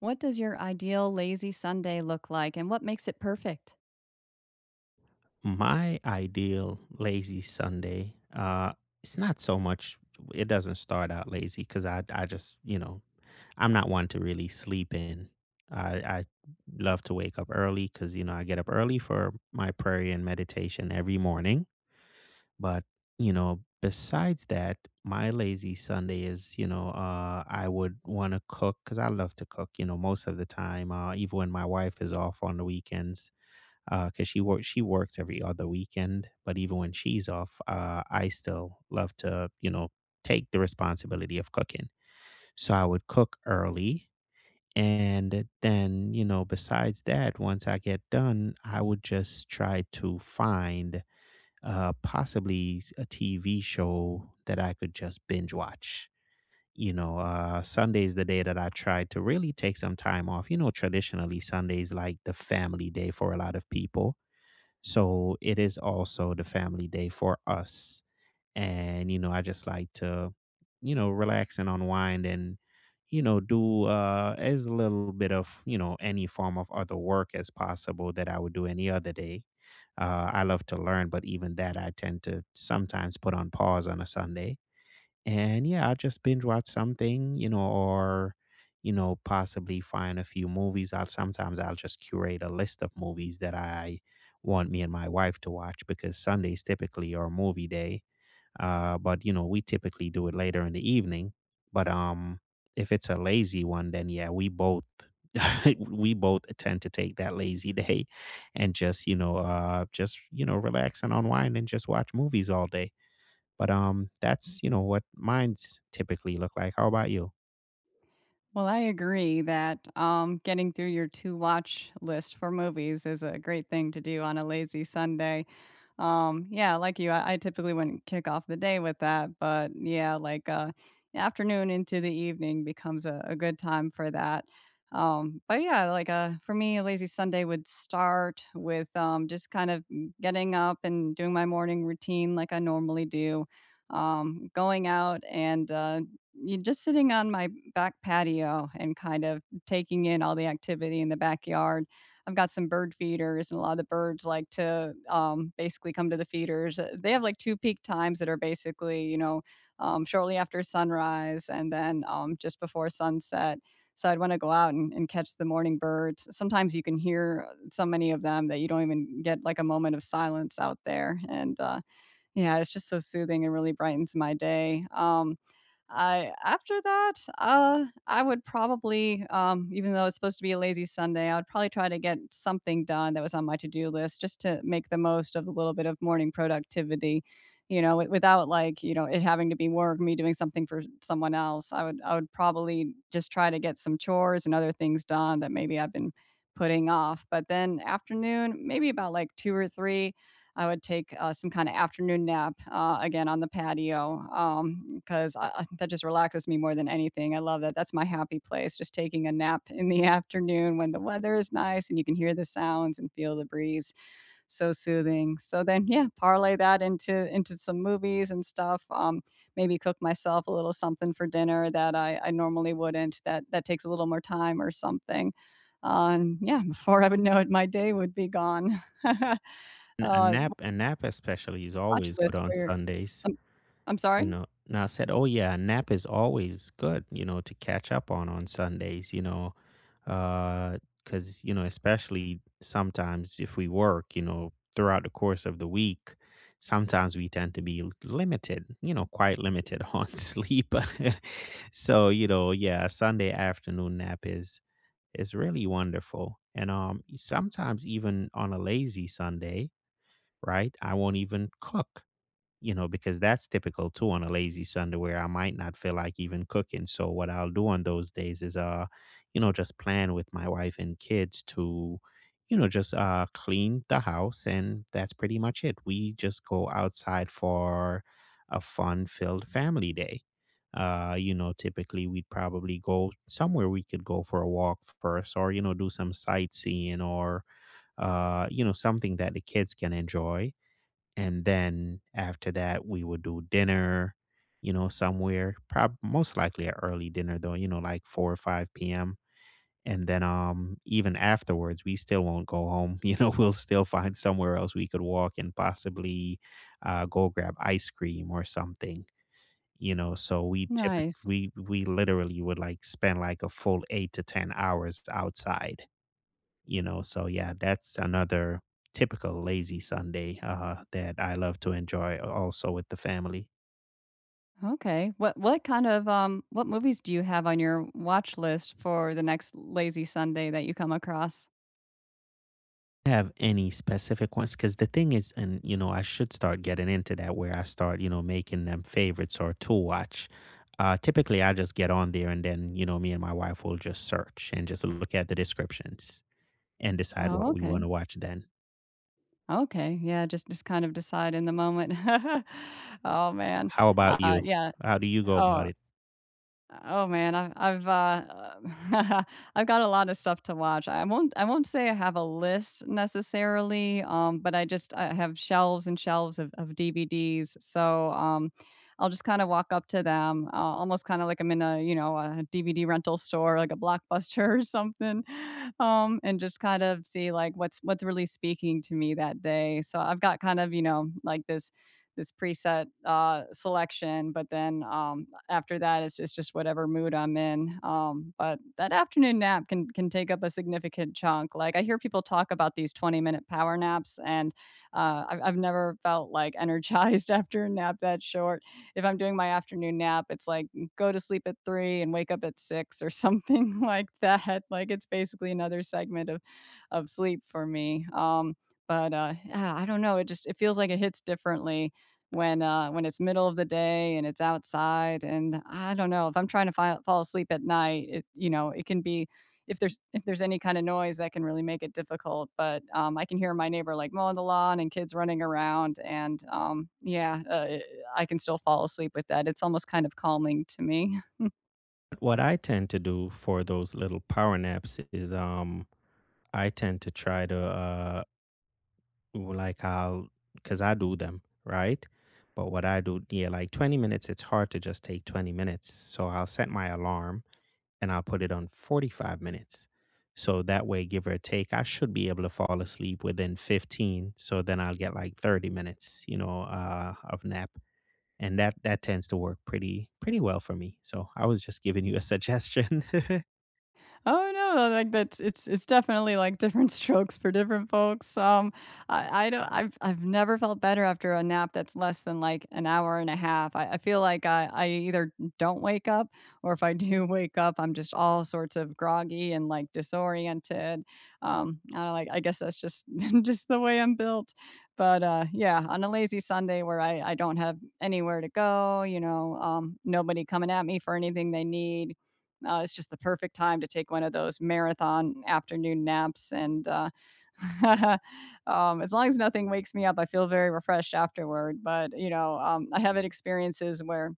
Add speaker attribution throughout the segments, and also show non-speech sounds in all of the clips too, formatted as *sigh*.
Speaker 1: What does your ideal lazy Sunday look like and what makes it perfect?
Speaker 2: My ideal lazy Sunday, it's not so much. It doesn't start out lazy because I just, you know, I'm not one to really sleep in. I love to wake up early because you know I get up early for my prayer and meditation every morning. But you know, besides that, my lazy Sunday is, you know, I would want to cook because I love to cook. You know, most of the time, even when my wife is off on the weekends, because she works every other weekend. But even when she's off, I still love to you know take the responsibility of cooking. So I would cook early. And then, you know, besides that, once I get done, I would just try to find a TV show that I could just binge watch. You know, Sunday's the day that I tried to really take some time off. You know, traditionally, Sunday's like the family day for a lot of people. So it is also the family day for us. And, you know, I just like to, you know, relax and unwind and, you know, do as little bit of, you know, any form of other work as possible that I would do any other day. I love to learn, but even that I tend to sometimes put on pause on a Sunday. And yeah, I'll just binge watch something, you know, or, you know, possibly find a few movies. I'll sometimes I'll just curate a list of movies that I want me and my wife to watch because Sundays typically are movie day. But you know, we typically do it later in the evening. But if it's a lazy one, then yeah, we both *laughs* we both tend to take that lazy *laughs* day and just, you know, relax and unwind and just watch movies all day. But, that's, you know, what mines typically look like. How about you?
Speaker 1: Well, I agree that getting through your to watch list for movies is a great thing to do on a lazy Sunday. Yeah, like you, I typically wouldn't kick off the day with that, but yeah, afternoon into the evening becomes a good time for that. But yeah, for me, a lazy Sunday would start with just kind of getting up and doing my morning routine like I normally do, going out and you just sitting on my back patio and kind of taking in all the activity in the backyard. I've got some bird feeders, and a lot of the birds like to, basically come to the feeders. They have, like, 2 peak times that are basically, you know, shortly after sunrise and then, just before sunset. So I'd wanna go out and catch the morning birds. Sometimes you can hear so many of them that you don't even get, like, a moment of silence out there, and, yeah, it's just so soothing and really brightens my day. I After that, I would probably, even though it's supposed to be a lazy Sunday, I would probably try to get something done that was on my to-do list just to make the most of a little bit of morning productivity, you know, without like, it having to be work, me doing something for someone else. I would probably just try to get some chores and other things done that maybe I've been putting off. But then afternoon, maybe about like two or three. I would take, some kinda afternoon nap, again, on the patio, because I that just relaxes me more than anything. I love that. That's my happy place, just taking a nap in the *laughs* afternoon when the weather is nice and you can hear the sounds and feel the breeze. So soothing. So then, yeah, parlay that into some movies and stuff, maybe cook myself a little something for dinner that I normally wouldn't, that takes a little more time or something. And yeah, before I would know it, my day would be gone. *laughs*
Speaker 2: N
Speaker 1: Uh,
Speaker 2: a nap especially is
Speaker 1: watch
Speaker 2: always good
Speaker 1: list
Speaker 2: on
Speaker 1: for your
Speaker 2: Sundays,
Speaker 1: I'm I'm sorry?
Speaker 2: you know? Now I said, "Oh, yeah, a nap is always good, you know, to catch up on Sundays," you know? Because you know, especially sometimes if we work, you know, throughout the course of the week, sometimes we tend to be l limited, you know, quite limited *laughs* on sleep. *laughs* So, you know, yeah, a Sunday afternoon nap is really wonderful. And sometimes even on a lazy Sunday, right? I won't even cook you know, because that's typical too on a lazy Sunday where I might not feel like even cooking. So what I'll do on those days is you know, just plan with my wife and kids to, you know, just clean the house and that's pretty much it. We just go outside for a fun filled family day. You know, typically we'd probably go somewhere we could go for a walk first or, you know, do some sightseeing or you know, something that the kids can enjoy and then after that, we would do dinner, you know, somewhere, prob most likely an early dinner though, you know, like 4 or 5 PM. And then, even afterwards, we still won't go home. *laughs* You know, we'll still find somewhere else we could walk and possibly go grab ice cream or something. You know, so we typically
Speaker 1: Nice.
Speaker 2: we we literally would like spend like a full 8 to 10 hours outside. You know, so yeah, that's another typical lazy Sunday that I love to enjoy also with the family.
Speaker 1: Okay. What kind of, what movies do you have on your watch list for the next lazy Sunday that you come across?
Speaker 2: Have any specific ones? Because the thing is, and you know, I should start getting into that where I start, you know, making them favorites or to watch. Typically, I just get on there and then, you know, me and my wife will just search and just look at the descriptions and decide
Speaker 1: Oh,
Speaker 2: what we want
Speaker 1: okay.
Speaker 2: to watch then.
Speaker 1: Okay. Yeah, just kind of decide in the moment. *laughs* Oh, man.
Speaker 2: How about you?
Speaker 1: Yeah.
Speaker 2: How do you go
Speaker 1: Oh,
Speaker 2: about it?
Speaker 1: oh man, I've *laughs* I've got a lot of stuff to watch. I won't say I have a list necessarily, but I just I have shelves and shelves of DVDs. So I'll just kind of walk up to them, almost kind of like I'm in a a DVD rental store, like a Blockbuster *laughs* or something, and just kind of see like what's really speaking to me that day. So I've got kind of like this preset selection, but then after that it's just whatever mood I'm in. But that afternoon nap can take up a significant chunk. Like I hear people talk about these 20-minute power naps, and I've never felt like energized *laughs* after a nap that short. If I'm doing my afternoon nap, it's like go to sleep at three and wake up at six or something, *laughs* like that. Like it's basically another segment of sleep for me. But Yeah, I don't know, it just it feels like it hits differently when it's middle of the day and it's outside. And I don't know, if I'm trying to fi fall asleep at night, it you know, it can be if there's any kinda noise, that can really make it difficult. But, I can hear my neighbor, like, mowing the lawn and kids running around, and, yeah, I can still fall asleep with that. It's almost kind of calming to me.
Speaker 2: What I tend to do for those little power naps is I tend to try to like I'll because I do them, right? But what I do, yeah, like 20 minutes, it's hard to just take 20 minutes. So I'll set my alarm and I'll put it on 45 minutes. So that way, give or take, I should be able to fall asleep within 15. So then I'll get like 30 minutes, you know, of nap. And that tends to work pretty well for me. So I was just giving you a suggestion. *laughs*
Speaker 1: Oh no, like that's it's definitely like different *laughs* strokes for different folks. I don't I've never felt better after a nap that's less than like an hour and a half. I feel like I either don't wake up, or if I do *laughs* wake up, I'm just all sorts of groggy and like disoriented. I don't like I guess that's just *laughs* just the way I'm built. But yeah, on a lazy Sunday where I don't have anywhere to go, you know, nobody coming at me for anything they need. It's just the perfect time to take one of those marathon afternoon naps. And *laughs* as long as nothing wakes me up, I feel very refreshed afterward. But, you know, I have had experiences where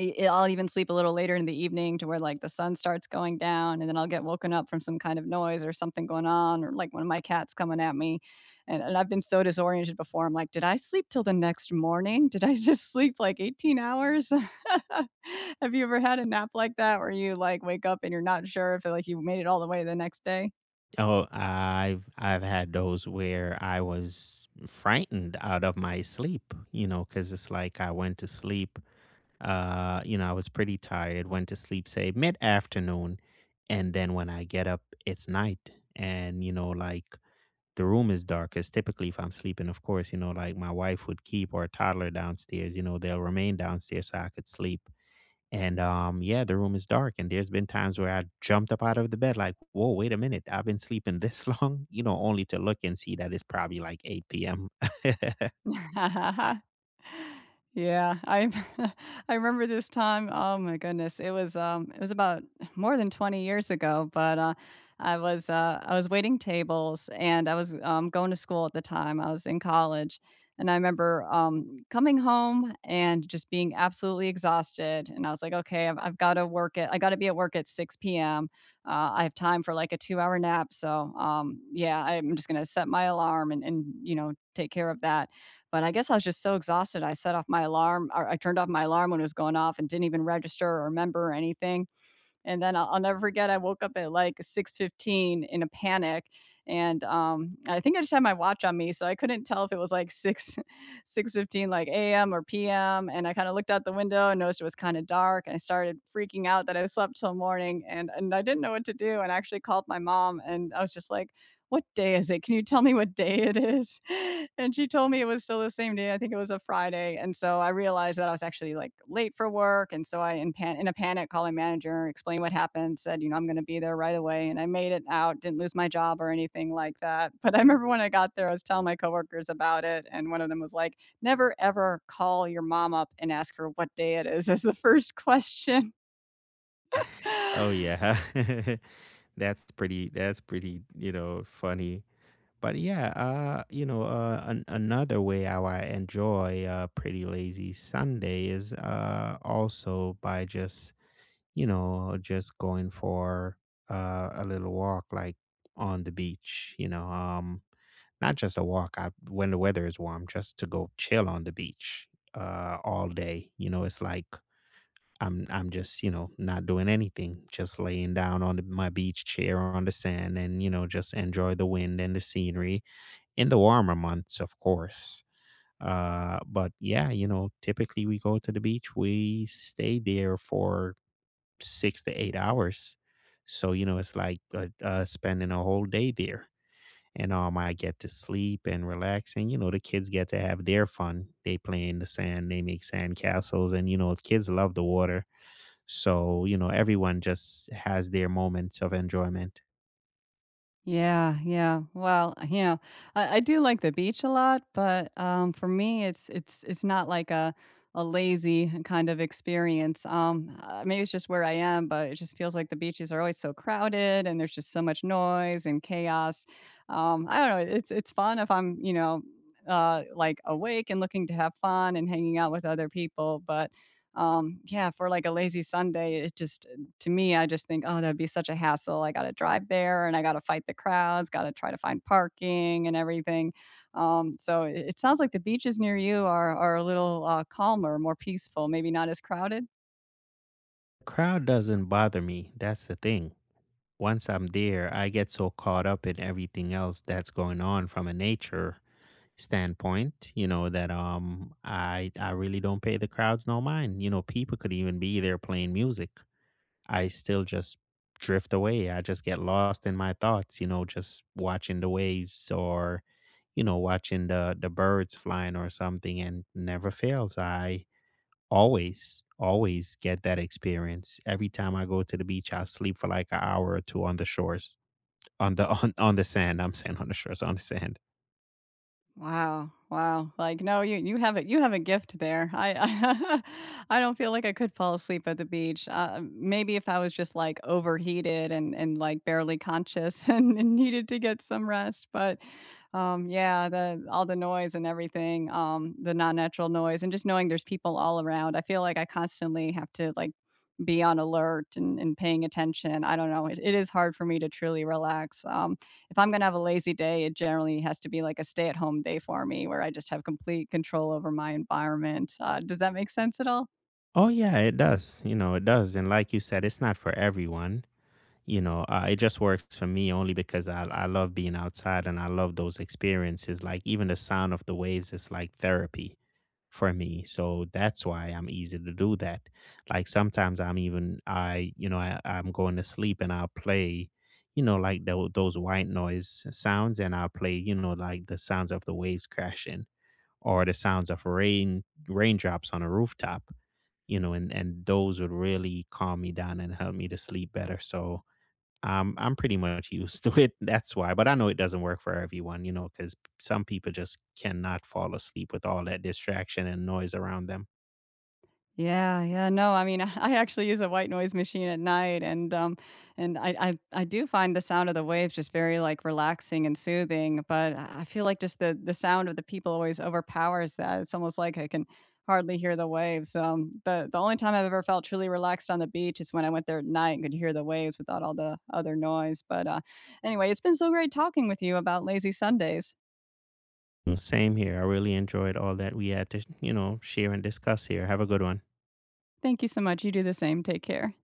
Speaker 1: I I'll even sleep a little later in the evening to where, like, the sun starts going down, and then I'll get woken up from some kind of noise or something going on or, like, one of my cats coming at me, and I've been so disoriented before, I'm like, "Did I sleep till the next morning? Did I *laughs* just sleep, like, 18 hours?" *laughs* Have you ever had a nap like that where you, like, wake up and you're not sure if, like, you made it all the way the next day?
Speaker 2: Oh, I've had those where I was frightened out of my sleep, you know, because it's like I went to sleep, you know, I was pretty tired, went to sleep, say, mid-afternoon, and then when I get up, it's night. And, you know, like the room is dark, 'cause typically if I'm sleeping, of course, you know, like my wife would keep our toddler downstairs, you know, they'll remain downstairs so I could sleep. And, yeah, the room is dark, and there's been times where I jumped up out of the bed like, "Whoa, wait a minute, I've been sleeping this *laughs* long?" You know, only to look and see that it's probably like 8 PM. *laughs*
Speaker 1: *laughs* Yeah, I *laughs* I remember this time, oh my goodness, it was about more than 20 years ago, but, I was waiting tables and I was, going to school at the time, I was in college, and I remember, coming home and just being absolutely exhausted, and I was like, "Okay, I've gotta work at I gotta be at work at 6 PM, I have time for, like, a 2-hour nap, so, yeah, I'm just gonna set my alarm and you know, take care of that." But I guess I was just so exhausted. I set off my alarm, or I turned off my alarm when it was going off, and didn't even register or remember or anything. And then I'll never forget. I woke up at like 6:15 in a panic, and I think I just had my watch on me, so I couldn't tell if it was like 6 *laughs* 6:15, like a.m. or p.m. And I kind of looked out the window and noticed it was kind of dark, and I started freaking out that I slept till morning, and I didn't know what to do. And I actually called my mom, and I was just like, "What day is it? Can you tell me what day it is?" And she told me it was still the same day, I think it was a Friday, and so I realized that I was actually, like, late for work, and so I in a panic, called my manager, explained what happened, said, you know, "I'm gonna be there right away," and I made it out, didn't lose my job or anything like that. But I remember when I got there, I was telling my coworkers about it, and one of them was like, "Never ever call your mom up and ask her what day it is as the first question."
Speaker 2: Oh,
Speaker 1: *laughs*
Speaker 2: yeah. *laughs* That's pretty, you know, funny. But, yeah, you know, an another way how I enjoy a pretty lazy Sunday is, also by just, you know, just going for, a little walk, like, on the beach, you know, not just a walk out when the weather is warm, just to go chill on the beach all day. You know, it's like I'm just you know not doing anything, just laying down on my beach chair on the sand, and you know just enjoy the wind and the scenery in the warmer months, of course. But yeah, you know, typically we go to the beach, we stay there for 6 to 8 hours. So, you know, it's like spending a whole day there and I get to sleep and relax. And you know, the kids get to have their fun. They play in the sand, they make sand castles, and you know, kids love the water. So you know, everyone just has their moments of enjoyment.
Speaker 1: Yeah, yeah. Well, you know, I do like the beach a lot, but for me, it's not like a lazy kind of experience. Maybe it's just where I am, but it just feels like the beaches are always so crowded, and there's just so much noise and chaos. I don't know. It's fun if I'm like awake and looking to have fun and hanging out with other people, but yeah, for like a lazy Sunday, it just to me, I just think, oh, that'd be such a hassle. I got to drive there and I got to fight the crowds, got to try to find parking and everything. So it sounds like the beaches near you are a little calmer, more peaceful, maybe not as crowded.
Speaker 2: Crowd doesn't bother me. That's the thing. Once I'm there, I get so caught up in everything else that's going on from a nature standpoint, you know, that um I really don't pay the crowds no mind. You know, people could even be there playing music I still just drift away. I just get lost in my thoughts, you know, just watching the waves or, you know, watching the birds flying or something and never fails. I always, always get that experience. Every time I go to the beach, I'll sleep for like an hour or two on the shores. On the *laughs* on the sand. I'm saying on the shores, on the sand.
Speaker 1: Wow, wow. Like, no, you have it you have a gift there. I, *laughs* I don't feel like I could fall asleep at the beach. Maybe if I was just like overheated and like barely conscious *laughs* and needed to get some rest, but yeah, the all the noise and everything, the non-natural noise and just knowing there's people all around. I feel like I constantly have to like be on alert and paying attention. I don't know. It is hard for me to truly relax. If I'm going to have a lazy day, it generally has to be like a stay at home day for me where I just have complete control over my environment. Does that make sense at all?
Speaker 2: Oh yeah, it does. You know, it does. And like you said, it's not for everyone. You know, it just works for me only because I love being outside and I love those experiences. Like even the sound of the waves is like therapy for me. So that's why I'm easy to do that. Like sometimes I'm even I you know I'm going to sleep and I'll play, you know, like those white noise sounds and I'll play you know like the sounds of the waves crashing or the sounds of raindrops on a rooftop. You know, and those would really calm me down and help me to sleep better. So I'm pretty much used *laughs* to it. That's why. But I know it doesn't work for everyone, you know, because some people just cannot fall asleep with all that distraction and noise around them.
Speaker 1: Yeah, yeah. No, I mean, *laughs* I actually use a white noise machine at night, and I do find the sound of the waves just very like relaxing and soothing, but I feel like just the sound of the people always overpowers that. It's almost like I can hardly hear the waves. The only time I've ever felt truly relaxed on the beach is when I went there at night and could hear the waves without all the other noise. But anyway, it's been so great talking with you about lazy Sundays.
Speaker 2: Well, same here. I really enjoyed all that we had to, you know, share and discuss here. Have a good one.
Speaker 1: Thank you so much. You do the same. Take care.